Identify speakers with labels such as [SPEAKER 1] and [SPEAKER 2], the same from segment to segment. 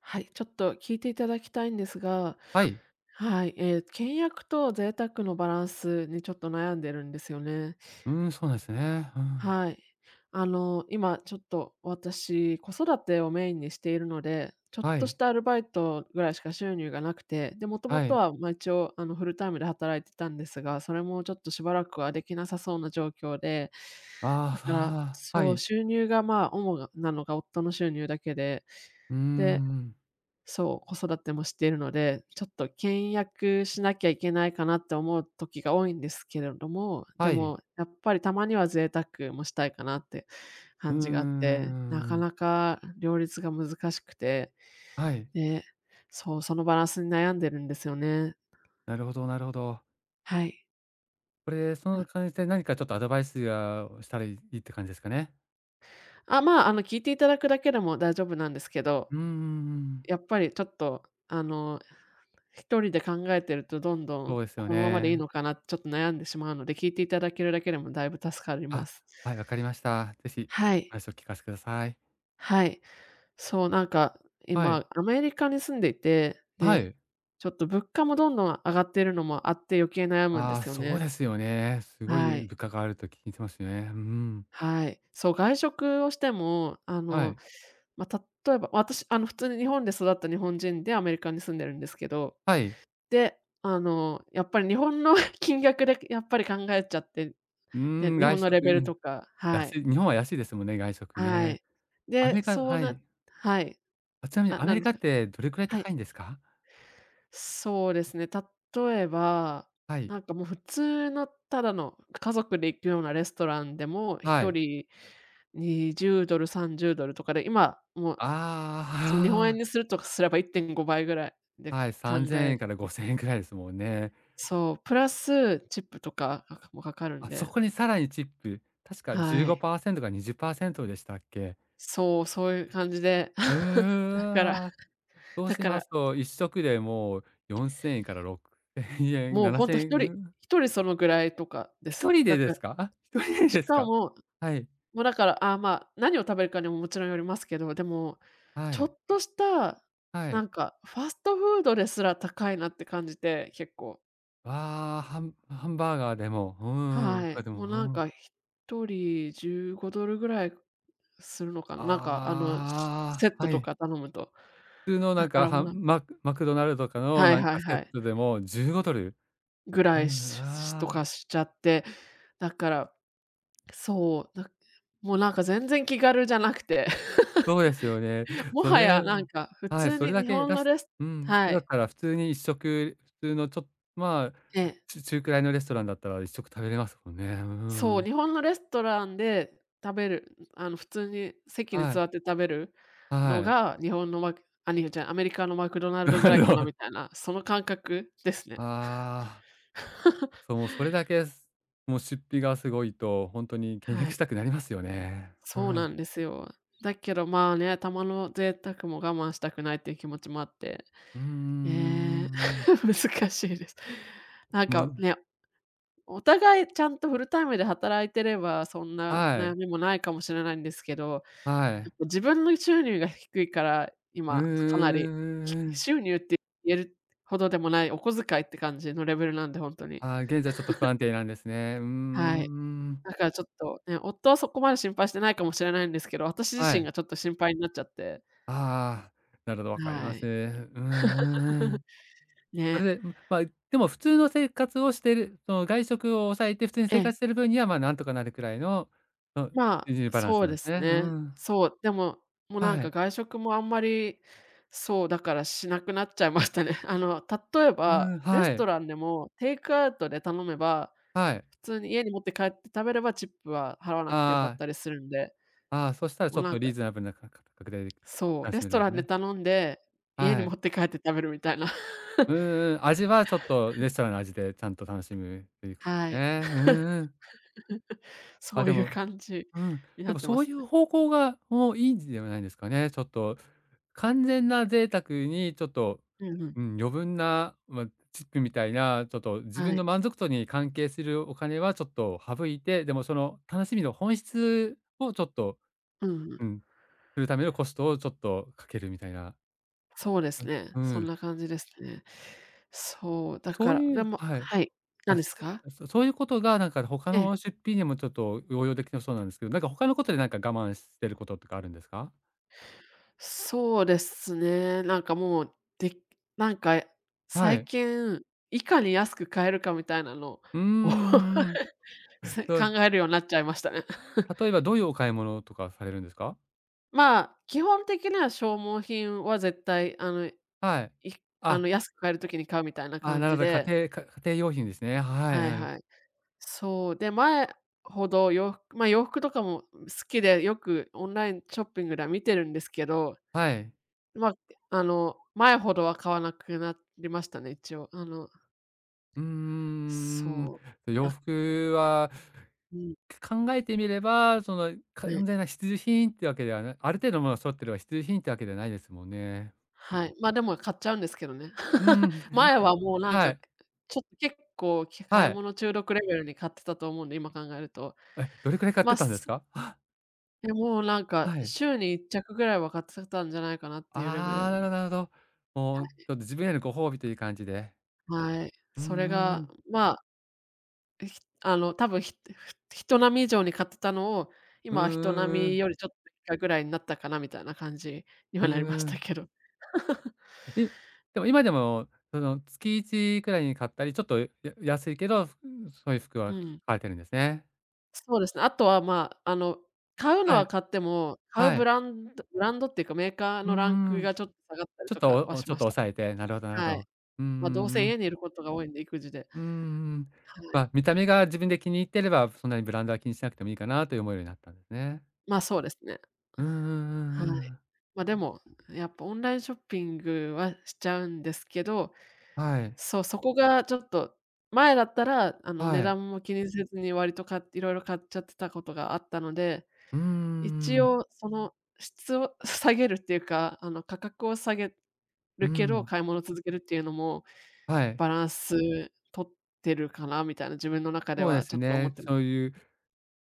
[SPEAKER 1] はい、ちょっと聞いていただきたいんですが、
[SPEAKER 2] はい。
[SPEAKER 1] はい、ええ、倹約と贅沢のバランスにちょっと悩んでるんですよね。
[SPEAKER 2] うーん、そうなんですね。うん。
[SPEAKER 1] はい。あの、今ちょっと私、子育てをメインにしているので、ちょっ
[SPEAKER 2] は
[SPEAKER 1] とし
[SPEAKER 2] い。
[SPEAKER 1] たアルバイトぐらいしか収入がなくて、で、もとも
[SPEAKER 2] は
[SPEAKER 1] と
[SPEAKER 2] い。
[SPEAKER 1] は、まあ、一応あのフルタイムで働いてたんですが、それもちょっとしばらくはできなさそうな状況で、
[SPEAKER 2] あ
[SPEAKER 1] だ
[SPEAKER 2] あ、
[SPEAKER 1] から、
[SPEAKER 2] はあ、は
[SPEAKER 1] そう、
[SPEAKER 2] い。
[SPEAKER 1] 収入が、まあ、主なのが夫の収入だけで、
[SPEAKER 2] うー
[SPEAKER 1] で、
[SPEAKER 2] ん。
[SPEAKER 1] そう、子育てもしているので、ちょっと倹約しなきゃいけないかなって思う時が多いんですけれども、で
[SPEAKER 2] はい。
[SPEAKER 1] もやっぱりたまには贅沢もしたいかなって
[SPEAKER 2] う
[SPEAKER 1] 感
[SPEAKER 2] ん
[SPEAKER 1] じがあっ
[SPEAKER 2] ん、
[SPEAKER 1] て、なかなか両立が難しくて、
[SPEAKER 2] はい。
[SPEAKER 1] で、そう、そのバランスに悩んでるんですよね。
[SPEAKER 2] なるほど、なるほど。
[SPEAKER 1] はい。
[SPEAKER 2] これ、そ
[SPEAKER 1] あ、
[SPEAKER 2] の感じで何かちょっとアドバイスをしたらいいって感じですかね？
[SPEAKER 1] あ、まあ、あの、聞いていただくだけでも大丈夫なんですけど、
[SPEAKER 2] うんん。
[SPEAKER 1] やっぱりちょっと、あの、一人で考えてるとどんど
[SPEAKER 2] そ
[SPEAKER 1] ん
[SPEAKER 2] うですよ
[SPEAKER 1] このままでいい
[SPEAKER 2] ね。
[SPEAKER 1] のかなってちょっと悩んでしまうので、聞いていただけるだけでもだいぶ助かりま
[SPEAKER 2] あ、
[SPEAKER 1] す。
[SPEAKER 2] はい、わかりました。ぜひ
[SPEAKER 1] は
[SPEAKER 2] お
[SPEAKER 1] い、
[SPEAKER 2] 話を聞かせてください。
[SPEAKER 1] はい。そう、なんか
[SPEAKER 2] はい。
[SPEAKER 1] 今アメリカに住んでいて、
[SPEAKER 2] は
[SPEAKER 1] で、
[SPEAKER 2] い。
[SPEAKER 1] ちょっと物価もどんどん上がっているのもあって余計悩むんで
[SPEAKER 2] ああ、
[SPEAKER 1] すよ
[SPEAKER 2] そう
[SPEAKER 1] ね。
[SPEAKER 2] ですよね。すご
[SPEAKER 1] は
[SPEAKER 2] い
[SPEAKER 1] い、
[SPEAKER 2] 物価があると聞いてますよね。うんん。
[SPEAKER 1] はい。そう、外食をしても、あ
[SPEAKER 2] は
[SPEAKER 1] の、
[SPEAKER 2] い。
[SPEAKER 1] まあ、例えば、私、あの、普通に日本で育った日本人でアメリカに住んでるんですけど、
[SPEAKER 2] はい。
[SPEAKER 1] で、あの、やっぱり日本の 金額でやっぱり考えちゃって、
[SPEAKER 2] う
[SPEAKER 1] で、
[SPEAKER 2] ーん、
[SPEAKER 1] 日
[SPEAKER 2] 外
[SPEAKER 1] 本のレ
[SPEAKER 2] 食
[SPEAKER 1] ベル
[SPEAKER 2] に
[SPEAKER 1] とか、は
[SPEAKER 2] 安
[SPEAKER 1] い。
[SPEAKER 2] い、日本は安いですもんね、外食
[SPEAKER 1] は
[SPEAKER 2] ね。
[SPEAKER 1] い。
[SPEAKER 2] アメ
[SPEAKER 1] で、
[SPEAKER 2] リカ、
[SPEAKER 1] そう
[SPEAKER 2] は
[SPEAKER 1] な
[SPEAKER 2] い。
[SPEAKER 1] はい。
[SPEAKER 2] あ、ちなみに
[SPEAKER 1] あ、
[SPEAKER 2] アメ
[SPEAKER 1] なん
[SPEAKER 2] リ
[SPEAKER 1] でし
[SPEAKER 2] カっ
[SPEAKER 1] ょう。
[SPEAKER 2] てどれくらい
[SPEAKER 1] はい。
[SPEAKER 2] 高いんですか？
[SPEAKER 1] そうですね、例えば、
[SPEAKER 2] はい。
[SPEAKER 1] なんかもう普通のただの家族で行くようなレストランでも、
[SPEAKER 2] は
[SPEAKER 1] 1
[SPEAKER 2] い。
[SPEAKER 1] 人 $20、$30 とかで、今もう、その日本円
[SPEAKER 2] あ
[SPEAKER 1] にするとかすれば1.5倍ぐらいで
[SPEAKER 2] あ、はい、
[SPEAKER 1] 考
[SPEAKER 2] 3000
[SPEAKER 1] え
[SPEAKER 2] 円から5000円くらいですもんね。
[SPEAKER 1] そう、プラスチップとか、かかるん
[SPEAKER 2] あ、そ
[SPEAKER 1] で、
[SPEAKER 2] こにさらにチップ、確か
[SPEAKER 1] はい。
[SPEAKER 2] 15%か20％でしたっけ？
[SPEAKER 1] そう、そういう感じで、
[SPEAKER 2] う
[SPEAKER 1] だから、
[SPEAKER 2] わ。そう
[SPEAKER 1] だ
[SPEAKER 2] し
[SPEAKER 1] か
[SPEAKER 2] ま
[SPEAKER 1] ら、
[SPEAKER 2] すと、一食でもう4000円から6千円、
[SPEAKER 1] もうほん
[SPEAKER 2] 7000
[SPEAKER 1] と一
[SPEAKER 2] 円、う
[SPEAKER 1] 人
[SPEAKER 2] ん。
[SPEAKER 1] 一人そのぐらいとかです。
[SPEAKER 2] 1人
[SPEAKER 1] だ
[SPEAKER 2] でで
[SPEAKER 1] から、
[SPEAKER 2] すか？あ、人で
[SPEAKER 1] し
[SPEAKER 2] です
[SPEAKER 1] か
[SPEAKER 2] か？
[SPEAKER 1] も、
[SPEAKER 2] はい、
[SPEAKER 1] もうだから、あ、まあ、何を食べるかにももちろんよりますけど、でも、
[SPEAKER 2] は
[SPEAKER 1] ちょ
[SPEAKER 2] い、
[SPEAKER 1] っとした、
[SPEAKER 2] は
[SPEAKER 1] な
[SPEAKER 2] い。
[SPEAKER 1] んかファストフードですら高いなって感じて、結構。
[SPEAKER 2] ああ、ハンハンバーガーでも、うんん
[SPEAKER 1] は
[SPEAKER 2] とか
[SPEAKER 1] い。
[SPEAKER 2] でも、
[SPEAKER 1] もうなん
[SPEAKER 2] うん。
[SPEAKER 1] か一人 $15 ぐらいするのかな、なんかあの、セ
[SPEAKER 2] あ
[SPEAKER 1] ッ
[SPEAKER 2] あ、
[SPEAKER 1] ト
[SPEAKER 2] は
[SPEAKER 1] と
[SPEAKER 2] い。
[SPEAKER 1] か頼むと。
[SPEAKER 2] 普通の
[SPEAKER 1] だ
[SPEAKER 2] なん
[SPEAKER 1] か
[SPEAKER 2] か
[SPEAKER 1] らもう
[SPEAKER 2] は
[SPEAKER 1] なんか
[SPEAKER 2] マクマクドナルドとかの
[SPEAKER 1] はい
[SPEAKER 2] なん
[SPEAKER 1] はい
[SPEAKER 2] かセ
[SPEAKER 1] は
[SPEAKER 2] ッ
[SPEAKER 1] い。
[SPEAKER 2] トでも $15。
[SPEAKER 1] ぐら
[SPEAKER 2] う
[SPEAKER 1] い、
[SPEAKER 2] ん、
[SPEAKER 1] しと
[SPEAKER 2] あ
[SPEAKER 1] か
[SPEAKER 2] あ、
[SPEAKER 1] しちゃって、だから、そう、もうなんか全然気軽じゃなくて、
[SPEAKER 2] そうですよね。
[SPEAKER 1] も
[SPEAKER 2] そ
[SPEAKER 1] はや
[SPEAKER 2] れ、
[SPEAKER 1] なんか普
[SPEAKER 2] はい、
[SPEAKER 1] 通
[SPEAKER 2] そ
[SPEAKER 1] に
[SPEAKER 2] れだ
[SPEAKER 1] 日
[SPEAKER 2] け
[SPEAKER 1] 本
[SPEAKER 2] 出
[SPEAKER 1] の
[SPEAKER 2] し、
[SPEAKER 1] レス
[SPEAKER 2] うん、
[SPEAKER 1] は
[SPEAKER 2] だっ
[SPEAKER 1] い、
[SPEAKER 2] たら普通に一食、普通のちょ、ま
[SPEAKER 1] え
[SPEAKER 2] あ、
[SPEAKER 1] え、
[SPEAKER 2] ち中くらいのレストランだったら一食食べれますもんね。うん
[SPEAKER 1] そう、
[SPEAKER 2] うん。
[SPEAKER 1] 日本のレストランで食べる、あの普通に席に
[SPEAKER 2] は
[SPEAKER 1] 座
[SPEAKER 2] い、
[SPEAKER 1] って食べるの
[SPEAKER 2] はい。
[SPEAKER 1] が、日本のマクあ、にじゃ、アメリカのマクドナ ルドぐ
[SPEAKER 2] な
[SPEAKER 1] らい
[SPEAKER 2] る
[SPEAKER 1] か
[SPEAKER 2] ほ
[SPEAKER 1] な
[SPEAKER 2] ど。
[SPEAKER 1] みたいな、その感覚ですね。
[SPEAKER 2] ああ。そう、もうそれだけ、す、もう出費がすごいと、本当に倹
[SPEAKER 1] は
[SPEAKER 2] 約し
[SPEAKER 1] い、
[SPEAKER 2] たくなりますよね。う
[SPEAKER 1] そうな
[SPEAKER 2] ん。
[SPEAKER 1] んですよ。だけどまあね、たまの贅沢も我慢したくないっていう気持ちもあって、
[SPEAKER 2] うんうんん。
[SPEAKER 1] ええ、難しいです。なん
[SPEAKER 2] もう、
[SPEAKER 1] かね、お互いちゃんとフルタイムで働いてれば、そんな
[SPEAKER 2] は
[SPEAKER 1] 悩
[SPEAKER 2] い、
[SPEAKER 1] みもないかもしれないんですけど、や
[SPEAKER 2] は
[SPEAKER 1] っ
[SPEAKER 2] い。
[SPEAKER 1] ぱ自分の収入が低いから、
[SPEAKER 2] うん
[SPEAKER 1] 今かなり、
[SPEAKER 2] ん。
[SPEAKER 1] 収入って言えるほどでもない、お小遣いって感じのレベルなんで、本当に。
[SPEAKER 2] ああ、現在ちょっと不安定なんですね。う
[SPEAKER 1] はい。
[SPEAKER 2] んん。
[SPEAKER 1] だからちょっとね、夫はそこまで心配してないかもしれないんですけど、私
[SPEAKER 2] は
[SPEAKER 1] 自身
[SPEAKER 2] い。
[SPEAKER 1] がちょっと心配になっちゃって。
[SPEAKER 2] ああ、なるほど、わかり
[SPEAKER 1] は
[SPEAKER 2] ます。う
[SPEAKER 1] い。
[SPEAKER 2] んん。そ
[SPEAKER 1] ね。
[SPEAKER 2] れで、ま、まあ、でも普通の生活をしてる、その外食を抑えて普通に
[SPEAKER 1] え
[SPEAKER 2] 生
[SPEAKER 1] え。
[SPEAKER 2] 活してる分には、まあ、なんとかなるくらいの、その、
[SPEAKER 1] ま
[SPEAKER 2] 収
[SPEAKER 1] あ、
[SPEAKER 2] 入バランス
[SPEAKER 1] そう
[SPEAKER 2] なん
[SPEAKER 1] で
[SPEAKER 2] です
[SPEAKER 1] す
[SPEAKER 2] ね。う
[SPEAKER 1] ね。
[SPEAKER 2] ん。
[SPEAKER 1] そう、でも、もうなん
[SPEAKER 2] は
[SPEAKER 1] か
[SPEAKER 2] い。
[SPEAKER 1] 外食もあんまり、そう、だからしなくなっちゃいましたね。あの、例え
[SPEAKER 2] う
[SPEAKER 1] ば、
[SPEAKER 2] ん、
[SPEAKER 1] レ
[SPEAKER 2] は
[SPEAKER 1] スト
[SPEAKER 2] い、
[SPEAKER 1] ランでもテイクアウトで頼めば、
[SPEAKER 2] はい。
[SPEAKER 1] 普通に家に持って帰って食べればチップは払わなくてよかっ
[SPEAKER 2] ああ、
[SPEAKER 1] たりするんで、
[SPEAKER 2] ああ、そしたら
[SPEAKER 1] も
[SPEAKER 2] ち
[SPEAKER 1] う
[SPEAKER 2] ょっ
[SPEAKER 1] なん
[SPEAKER 2] と
[SPEAKER 1] か、
[SPEAKER 2] リーズナブルなか価格で
[SPEAKER 1] そう、
[SPEAKER 2] 楽
[SPEAKER 1] レ
[SPEAKER 2] し
[SPEAKER 1] ス
[SPEAKER 2] める
[SPEAKER 1] ト
[SPEAKER 2] んで
[SPEAKER 1] ラ
[SPEAKER 2] す
[SPEAKER 1] ンで
[SPEAKER 2] ね。
[SPEAKER 1] 頼んで、家に
[SPEAKER 2] は
[SPEAKER 1] 持
[SPEAKER 2] い。
[SPEAKER 1] って帰って食べるみたいな。
[SPEAKER 2] うんうん、味はちょっとレストランの味でちゃんと楽しむというこ
[SPEAKER 1] は
[SPEAKER 2] と
[SPEAKER 1] い。
[SPEAKER 2] ね。うん うん。
[SPEAKER 1] そ
[SPEAKER 2] あ、
[SPEAKER 1] う
[SPEAKER 2] で
[SPEAKER 1] いう
[SPEAKER 2] も、
[SPEAKER 1] 感じ
[SPEAKER 2] うん、
[SPEAKER 1] に
[SPEAKER 2] で
[SPEAKER 1] なっ
[SPEAKER 2] も
[SPEAKER 1] てま
[SPEAKER 2] そう
[SPEAKER 1] す
[SPEAKER 2] い
[SPEAKER 1] ね。
[SPEAKER 2] う方向がもういいんではないですかね。ちょっと完全な贅沢にちょっと、
[SPEAKER 1] うんうん。
[SPEAKER 2] うん、余分な、まあ、チップみたいな、ちょっと自
[SPEAKER 1] は
[SPEAKER 2] 分の
[SPEAKER 1] い。
[SPEAKER 2] 満足度に関係するお金はちょっと省いて、でもその楽しみの本質をちょっと、
[SPEAKER 1] うんうん。
[SPEAKER 2] うん、するためのコストをちょっとかけるみたいな。
[SPEAKER 1] そうで
[SPEAKER 2] う
[SPEAKER 1] す
[SPEAKER 2] ん、
[SPEAKER 1] ね。
[SPEAKER 2] う
[SPEAKER 1] そん
[SPEAKER 2] ん、
[SPEAKER 1] な感じですね。そう、だ
[SPEAKER 2] そ
[SPEAKER 1] か
[SPEAKER 2] う
[SPEAKER 1] ら、
[SPEAKER 2] い
[SPEAKER 1] で
[SPEAKER 2] う、
[SPEAKER 1] も
[SPEAKER 2] はい。
[SPEAKER 1] はい、何
[SPEAKER 2] あ、
[SPEAKER 1] ですか？
[SPEAKER 2] そういうことがなんか他
[SPEAKER 1] ええ、
[SPEAKER 2] の出費にもちょっと応用できなそうなんですけど、なんか他のことでなんか我慢してることとかあるんですか？
[SPEAKER 1] そうですね。なんかもう、で、なんか
[SPEAKER 2] は
[SPEAKER 1] 最
[SPEAKER 2] い。
[SPEAKER 1] 近、いかに安く買えるかみたいなのを
[SPEAKER 2] うんん。 そ
[SPEAKER 1] 考
[SPEAKER 2] う、
[SPEAKER 1] えるようになっちゃいましたね。
[SPEAKER 2] 例え ばどういうお買い物とかされるんですか？
[SPEAKER 1] まあ、基本的には消耗品は絶対あの、い
[SPEAKER 2] はい。
[SPEAKER 1] あの
[SPEAKER 2] あ、
[SPEAKER 1] 安く買えるときに買うみたいな
[SPEAKER 2] あ、
[SPEAKER 1] 感
[SPEAKER 2] なる
[SPEAKER 1] じ
[SPEAKER 2] ほど、
[SPEAKER 1] で、
[SPEAKER 2] 家庭か家庭用品ですね。はい、
[SPEAKER 1] はい
[SPEAKER 2] はい。なる、
[SPEAKER 1] はい。そう、で、前ほど洋服、まあ、洋服とかも好きで、よくオンラインショッピングでは見てるんですけど、
[SPEAKER 2] はい。
[SPEAKER 1] まあ、あの、前ほどは買わなくなりましたね、一応。あの、
[SPEAKER 2] うんん。
[SPEAKER 1] そう、
[SPEAKER 2] 洋服は、
[SPEAKER 1] うん、
[SPEAKER 2] 考えてみれば、その
[SPEAKER 1] はい。
[SPEAKER 2] 完全な必需品ってわけではない、ある程度のものが揃ってれば必需品ってわけではないですもんね。
[SPEAKER 1] はい、ま、でも買っちゃうんですけどね。
[SPEAKER 2] うん、
[SPEAKER 1] 前はもうなん
[SPEAKER 2] は
[SPEAKER 1] か、
[SPEAKER 2] い、
[SPEAKER 1] ちょっと結構、買
[SPEAKER 2] は
[SPEAKER 1] い
[SPEAKER 2] い。
[SPEAKER 1] 物中毒レベルに買ってたと思うんで、今考えると。
[SPEAKER 2] え、どれくらい買っ
[SPEAKER 1] ま
[SPEAKER 2] て
[SPEAKER 1] あ、
[SPEAKER 2] たんです
[SPEAKER 1] す、
[SPEAKER 2] か？あ、
[SPEAKER 1] でもうなんか、
[SPEAKER 2] はい。
[SPEAKER 1] 週に1着ぐらいは買ってたんじゃないかなっていうレベ
[SPEAKER 2] ああ、
[SPEAKER 1] ル
[SPEAKER 2] なるほ
[SPEAKER 1] で。
[SPEAKER 2] ど、なるほど。もうちょっと自分へのご褒美という感じで。
[SPEAKER 1] はい。
[SPEAKER 2] うんう
[SPEAKER 1] それ
[SPEAKER 2] んう
[SPEAKER 1] が、
[SPEAKER 2] ん。
[SPEAKER 1] まひあの、多分人並み以上に買ってたのを、
[SPEAKER 2] ー
[SPEAKER 1] 今は人並み
[SPEAKER 2] ん、
[SPEAKER 1] よりちょっと以下ぐらいになったかなみたいな感じに
[SPEAKER 2] う
[SPEAKER 1] はなりまし
[SPEAKER 2] ー
[SPEAKER 1] た
[SPEAKER 2] ん。
[SPEAKER 1] けど。
[SPEAKER 2] い、でも今でも、その、月1くらいに買ったり、ちょっとや、安いけど、そういう服
[SPEAKER 1] う
[SPEAKER 2] は
[SPEAKER 1] ん。
[SPEAKER 2] 買えてるんですね。
[SPEAKER 1] そうですね。あとは、まあ、あの、買うの
[SPEAKER 2] は
[SPEAKER 1] は
[SPEAKER 2] い、
[SPEAKER 1] 買っても、買う
[SPEAKER 2] は
[SPEAKER 1] ブ
[SPEAKER 2] い。
[SPEAKER 1] ランドブランドっていうかメーカー
[SPEAKER 2] うー
[SPEAKER 1] のランク
[SPEAKER 2] ん。
[SPEAKER 1] がちょっと下がったり
[SPEAKER 2] ちょっ
[SPEAKER 1] と
[SPEAKER 2] と、
[SPEAKER 1] か
[SPEAKER 2] お
[SPEAKER 1] は
[SPEAKER 2] お、
[SPEAKER 1] し
[SPEAKER 2] ちょっ
[SPEAKER 1] ま
[SPEAKER 2] と
[SPEAKER 1] した。
[SPEAKER 2] 抑えて、なるほど、なるほ
[SPEAKER 1] はい。
[SPEAKER 2] ど。うんう
[SPEAKER 1] ま、どうせ
[SPEAKER 2] んうん。
[SPEAKER 1] 家にいることが多いんで、育児で。
[SPEAKER 2] うんん。
[SPEAKER 1] は
[SPEAKER 2] ま
[SPEAKER 1] い。
[SPEAKER 2] あ見た目が自分で気に入ってれば、そんなにブランドは気にしなくてもいいかなという思うようになったんですね。
[SPEAKER 1] ま、そうですね。
[SPEAKER 2] うんうんう
[SPEAKER 1] はい。
[SPEAKER 2] んうん。
[SPEAKER 1] ま、でも、やっぱオンラインショッピングはしちゃうんですけど、
[SPEAKER 2] はい。
[SPEAKER 1] そう、そこがちょっと、前だったら、あの、値
[SPEAKER 2] はい。
[SPEAKER 1] 段も気にせずに割とかいろいろ買っちゃってたことがあったので、
[SPEAKER 2] うんうんう
[SPEAKER 1] 一
[SPEAKER 2] ん、
[SPEAKER 1] 応その質を 下げるっていうか、あの、価格を下げるけど、買い物続けるっていうのも、
[SPEAKER 2] はい。
[SPEAKER 1] バランス取ってるかなみたいな、自分の中で
[SPEAKER 2] そうで
[SPEAKER 1] はち
[SPEAKER 2] す
[SPEAKER 1] ょっと思っ
[SPEAKER 2] ね。
[SPEAKER 1] てま
[SPEAKER 2] そう
[SPEAKER 1] す、
[SPEAKER 2] いう、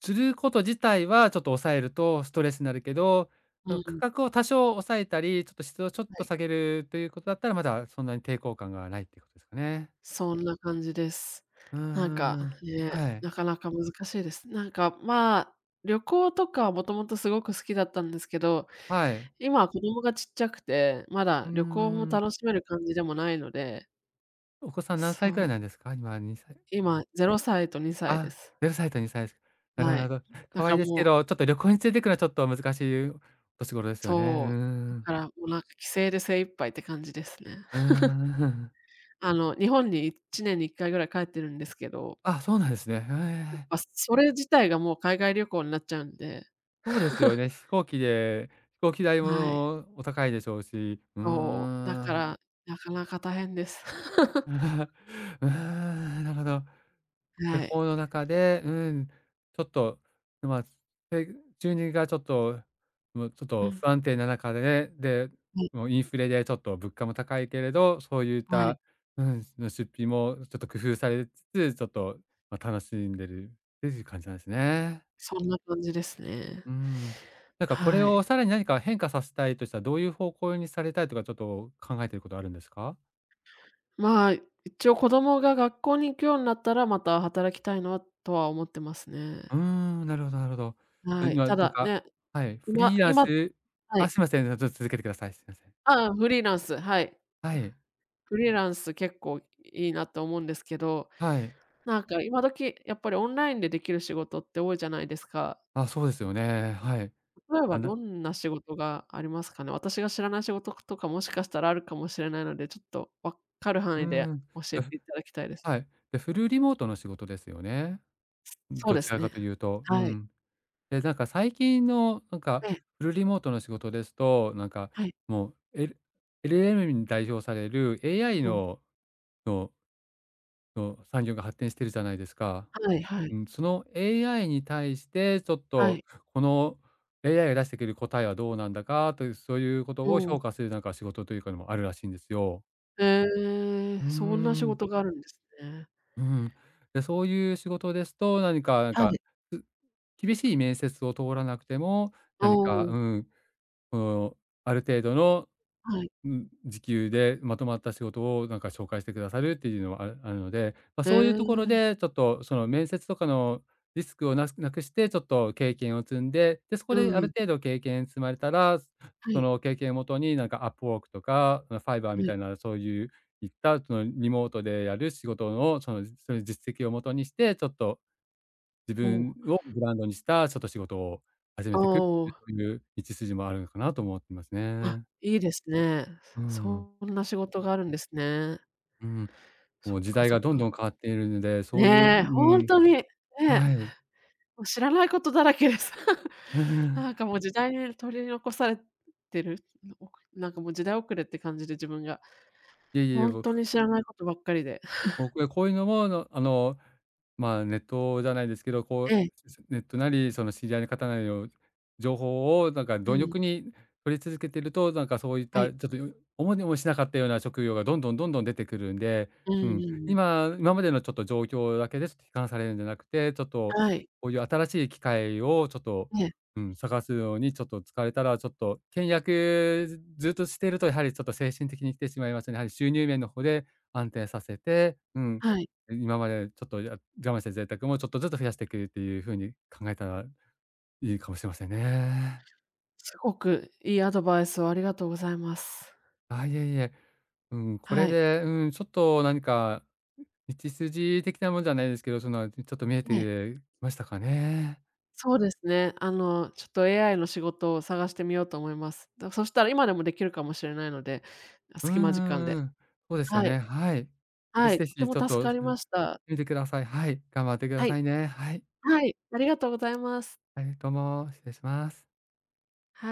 [SPEAKER 2] 釣ること自体はちょっと抑えるとストレスになるけど、
[SPEAKER 1] う
[SPEAKER 2] その価
[SPEAKER 1] ん。
[SPEAKER 2] 格を多少抑えたり、ちょっと質をちょっ
[SPEAKER 1] は
[SPEAKER 2] と
[SPEAKER 1] い。
[SPEAKER 2] 下げるということだったら、まだそんなに抵抗感がないっていうことですかね。
[SPEAKER 1] そんな感じです。
[SPEAKER 2] うん
[SPEAKER 1] なん
[SPEAKER 2] う
[SPEAKER 1] か、
[SPEAKER 2] んうん。
[SPEAKER 1] ね、
[SPEAKER 2] はい。
[SPEAKER 1] なかなか難しいです。なんか、まあ、旅行とかはもともとすごく好きだったんですけど、
[SPEAKER 2] はい。
[SPEAKER 1] 今は子供がちっちゃくて、ま
[SPEAKER 2] うー
[SPEAKER 1] だ旅行も
[SPEAKER 2] ん。
[SPEAKER 1] 楽しめる感じでもないので、
[SPEAKER 2] お子さん何歳く
[SPEAKER 1] そ
[SPEAKER 2] ら
[SPEAKER 1] う、
[SPEAKER 2] いなんですか？今2歳、
[SPEAKER 1] 今0歳と2歳で
[SPEAKER 2] あ、
[SPEAKER 1] す。
[SPEAKER 2] サイと2歳です。なるほ
[SPEAKER 1] は
[SPEAKER 2] ど、
[SPEAKER 1] い。
[SPEAKER 2] なるほど。
[SPEAKER 1] だ
[SPEAKER 2] 可
[SPEAKER 1] か
[SPEAKER 2] 愛い
[SPEAKER 1] ら
[SPEAKER 2] ですけ
[SPEAKER 1] もう
[SPEAKER 2] ど、ちょっと旅行に連れて行くのはちょっと難しいお年頃ですよね。うー
[SPEAKER 1] そう、だ
[SPEAKER 2] ん。
[SPEAKER 1] からもうなんか帰省で精一杯って感じですね。
[SPEAKER 2] うー ん。
[SPEAKER 1] あの、日本に1年に1回ぐらい帰ってるんですけど、
[SPEAKER 2] あ、そうなんですね。
[SPEAKER 1] やっ
[SPEAKER 2] へえ。
[SPEAKER 1] ぱそれ自体がもう海外旅行になっちゃうんで。
[SPEAKER 2] そうですよ ね。飛行機代
[SPEAKER 1] はい、
[SPEAKER 2] もお高いでしょうし。うー
[SPEAKER 1] そう、だか
[SPEAKER 2] ん。
[SPEAKER 1] ら、なかなか大変です。
[SPEAKER 2] うーん、なるほど。で
[SPEAKER 1] は
[SPEAKER 2] こ
[SPEAKER 1] い。
[SPEAKER 2] 行の中で、うん、ちょっと、まあ、え、収入がちょっと、もうちょっ
[SPEAKER 1] う
[SPEAKER 2] と
[SPEAKER 1] ん、
[SPEAKER 2] 不安定な中でね、で、
[SPEAKER 1] はい、
[SPEAKER 2] もうインフレでちょっと物価も高いけれど、そういっ
[SPEAKER 1] はい。
[SPEAKER 2] た、うん、の出費もちょっと工夫されつつ、ちょっと、まあ、楽しんでるっていう感じなんですね。
[SPEAKER 1] そんな感じですね。
[SPEAKER 2] うん。なんかこれ
[SPEAKER 1] はい。
[SPEAKER 2] をさらに何か変化させたいとしたら、どういう方向にされたいとか、ちょっと考えてることあるんですか？
[SPEAKER 1] まあ、一応子供が学校に行くようになったら、また働きたいなとは思ってますね。
[SPEAKER 2] うーん、なるほど、なるほど。え、
[SPEAKER 1] はい。
[SPEAKER 2] 今
[SPEAKER 1] た
[SPEAKER 2] なん
[SPEAKER 1] だ
[SPEAKER 2] か、
[SPEAKER 1] ね、
[SPEAKER 2] はい、フ
[SPEAKER 1] 今
[SPEAKER 2] リーラン
[SPEAKER 1] 今
[SPEAKER 2] ス、
[SPEAKER 1] は
[SPEAKER 2] あ、
[SPEAKER 1] い。
[SPEAKER 2] すいません、ちょっと続けてください。すいません。
[SPEAKER 1] ああ、フリーランス、はい。
[SPEAKER 2] はい、
[SPEAKER 1] フリーランス結構いいなと思うんですけど、
[SPEAKER 2] はい。
[SPEAKER 1] なんか今時やっぱりオンラインでできる仕事って多いじゃないですか。
[SPEAKER 2] あ、そうですよね、はい。
[SPEAKER 1] 例えば
[SPEAKER 2] あな、
[SPEAKER 1] どんな仕事がありますかね？私が知らない仕事とかもしかしたらあるかもしれないので、ちょっとわかる範
[SPEAKER 2] うー
[SPEAKER 1] 囲で
[SPEAKER 2] ん。
[SPEAKER 1] 教え
[SPEAKER 2] え、
[SPEAKER 1] ていただきたいです。
[SPEAKER 2] はい。で、フルリモートの仕事ですよね。
[SPEAKER 1] そう
[SPEAKER 2] ど
[SPEAKER 1] で
[SPEAKER 2] ち
[SPEAKER 1] す
[SPEAKER 2] ら
[SPEAKER 1] ね。
[SPEAKER 2] かというと、う
[SPEAKER 1] はい。
[SPEAKER 2] ん。で、なんか最近のなんか
[SPEAKER 1] ええ、
[SPEAKER 2] フルリモートの仕事ですと、なんか
[SPEAKER 1] はい。
[SPEAKER 2] もう、LLM に代表される AI
[SPEAKER 1] うん。
[SPEAKER 2] のの産業が発展してるじゃないですか。
[SPEAKER 1] はいはい。
[SPEAKER 2] うん、その AI に対して、ちょっ
[SPEAKER 1] は
[SPEAKER 2] と
[SPEAKER 1] い。
[SPEAKER 2] この AI が出してくる答えはどうなんだかという、そういうこと
[SPEAKER 1] う
[SPEAKER 2] を
[SPEAKER 1] ん。
[SPEAKER 2] 評価するなんか仕事というかのもあるらしいんですよ。
[SPEAKER 1] へえ、
[SPEAKER 2] うー
[SPEAKER 1] そんな仕
[SPEAKER 2] ん。
[SPEAKER 1] 事があるんですね。
[SPEAKER 2] うん。で、そういう仕事ですと、何かなん
[SPEAKER 1] は
[SPEAKER 2] か
[SPEAKER 1] い。
[SPEAKER 2] 厳しい面接を通らなくても、
[SPEAKER 1] お
[SPEAKER 2] 何か、
[SPEAKER 1] お、
[SPEAKER 2] うん、このある程度の、
[SPEAKER 1] はい。
[SPEAKER 2] うん、時給でまとまった仕事をなんか紹介してくださるっていうのはあるので、まあ、
[SPEAKER 1] へ
[SPEAKER 2] そういうところ
[SPEAKER 1] え、
[SPEAKER 2] でちょっとその面接とかのリスクをなすなくして、ちょっと経験を積んで、で、そこ
[SPEAKER 1] う
[SPEAKER 2] である
[SPEAKER 1] ん。
[SPEAKER 2] 程度経験積まれたら、
[SPEAKER 1] は
[SPEAKER 2] そ
[SPEAKER 1] い、
[SPEAKER 2] の経験をもとになんかアップワークとか、ファイバー
[SPEAKER 1] は
[SPEAKER 2] みた
[SPEAKER 1] い。
[SPEAKER 2] いなそういういったそのリモートでやる仕事のその実績をもとにして、ちょっと自
[SPEAKER 1] おお、
[SPEAKER 2] 分をブランドにしたちょっと仕事を始
[SPEAKER 1] お
[SPEAKER 2] めていくっていう、
[SPEAKER 1] お、
[SPEAKER 2] そういう道筋もあるのかなと思ってます
[SPEAKER 1] あ、
[SPEAKER 2] ね。
[SPEAKER 1] いいですね。
[SPEAKER 2] うん、
[SPEAKER 1] そんな仕事があるんですね。
[SPEAKER 2] うん。も
[SPEAKER 1] そ
[SPEAKER 2] う
[SPEAKER 1] っ
[SPEAKER 2] 時
[SPEAKER 1] か
[SPEAKER 2] 代
[SPEAKER 1] そ
[SPEAKER 2] が
[SPEAKER 1] っ
[SPEAKER 2] どんど
[SPEAKER 1] か。
[SPEAKER 2] ん変わっているので、そういう、
[SPEAKER 1] ねえ、ほ
[SPEAKER 2] う
[SPEAKER 1] ん
[SPEAKER 2] ん、
[SPEAKER 1] とに、ねえ、
[SPEAKER 2] はい。
[SPEAKER 1] もう知らないことだらけです。なんかも う時代に取り残されてる、なんかもう時代遅れって感じで自分が。
[SPEAKER 2] いえ、いえ、
[SPEAKER 1] ほんとに知らないことばっかりで。
[SPEAKER 2] 僕はこういうのも、あの、まあ、ネットじゃないですけど、こ
[SPEAKER 1] え
[SPEAKER 2] う、
[SPEAKER 1] え、
[SPEAKER 2] ネットなり、その知り合いの方なりの情報をなんか
[SPEAKER 1] う
[SPEAKER 2] 貪
[SPEAKER 1] ん。
[SPEAKER 2] 欲に取り続けてると、なんかそういっ
[SPEAKER 1] は
[SPEAKER 2] た
[SPEAKER 1] い。
[SPEAKER 2] ちょっと思いもしなかったような職業がどんどんどんどん出てくるんで、
[SPEAKER 1] うん
[SPEAKER 2] う
[SPEAKER 1] うん
[SPEAKER 2] ん、
[SPEAKER 1] うん。
[SPEAKER 2] 今までのちょっと状況だけでちょっと批判されるんじゃなくて、ちょっと
[SPEAKER 1] はい。
[SPEAKER 2] こういう新しい機会をちょっと、
[SPEAKER 1] ええ、
[SPEAKER 2] うん、探すのにちょっと疲れたら、ちょっと倹約ずっとしているとやはりちょっと精神的に来てしまいますね。やはり収入面の方で安定させて、うん、
[SPEAKER 1] はい。
[SPEAKER 2] 今までちょっとや、我慢してた贅沢もちょっとずつ増やしていくっていう風に考えたらいいかもしれませんね。
[SPEAKER 1] すごくいいアドバイスをありがとうございます。
[SPEAKER 2] あ、いえ、いえ。うん、こ
[SPEAKER 1] は
[SPEAKER 2] れ
[SPEAKER 1] い。
[SPEAKER 2] で、うん、ちょっと何か道筋的なもんじゃないですけど、その、ちょっと見え
[SPEAKER 1] ええ、
[SPEAKER 2] てきましたかね。
[SPEAKER 1] そうですね。あの、ちょっと AI の仕事を探してみようと思います。そしたら今でもできるかもしれないので、あ、
[SPEAKER 2] うん
[SPEAKER 1] 隙間時間
[SPEAKER 2] う
[SPEAKER 1] で。
[SPEAKER 2] んうん。そうですよ
[SPEAKER 1] はい。
[SPEAKER 2] ね、はい。ぜひ
[SPEAKER 1] はい、
[SPEAKER 2] ぜ
[SPEAKER 1] とて
[SPEAKER 2] ひ
[SPEAKER 1] も
[SPEAKER 2] ちょっ
[SPEAKER 1] 助
[SPEAKER 2] と、
[SPEAKER 1] かりました。
[SPEAKER 2] 見てください。はい、頑張ってくだ
[SPEAKER 1] はい。
[SPEAKER 2] さいね。はい。
[SPEAKER 1] はい、ありがとうございます。
[SPEAKER 2] はい、どうも、失礼します。
[SPEAKER 1] はい。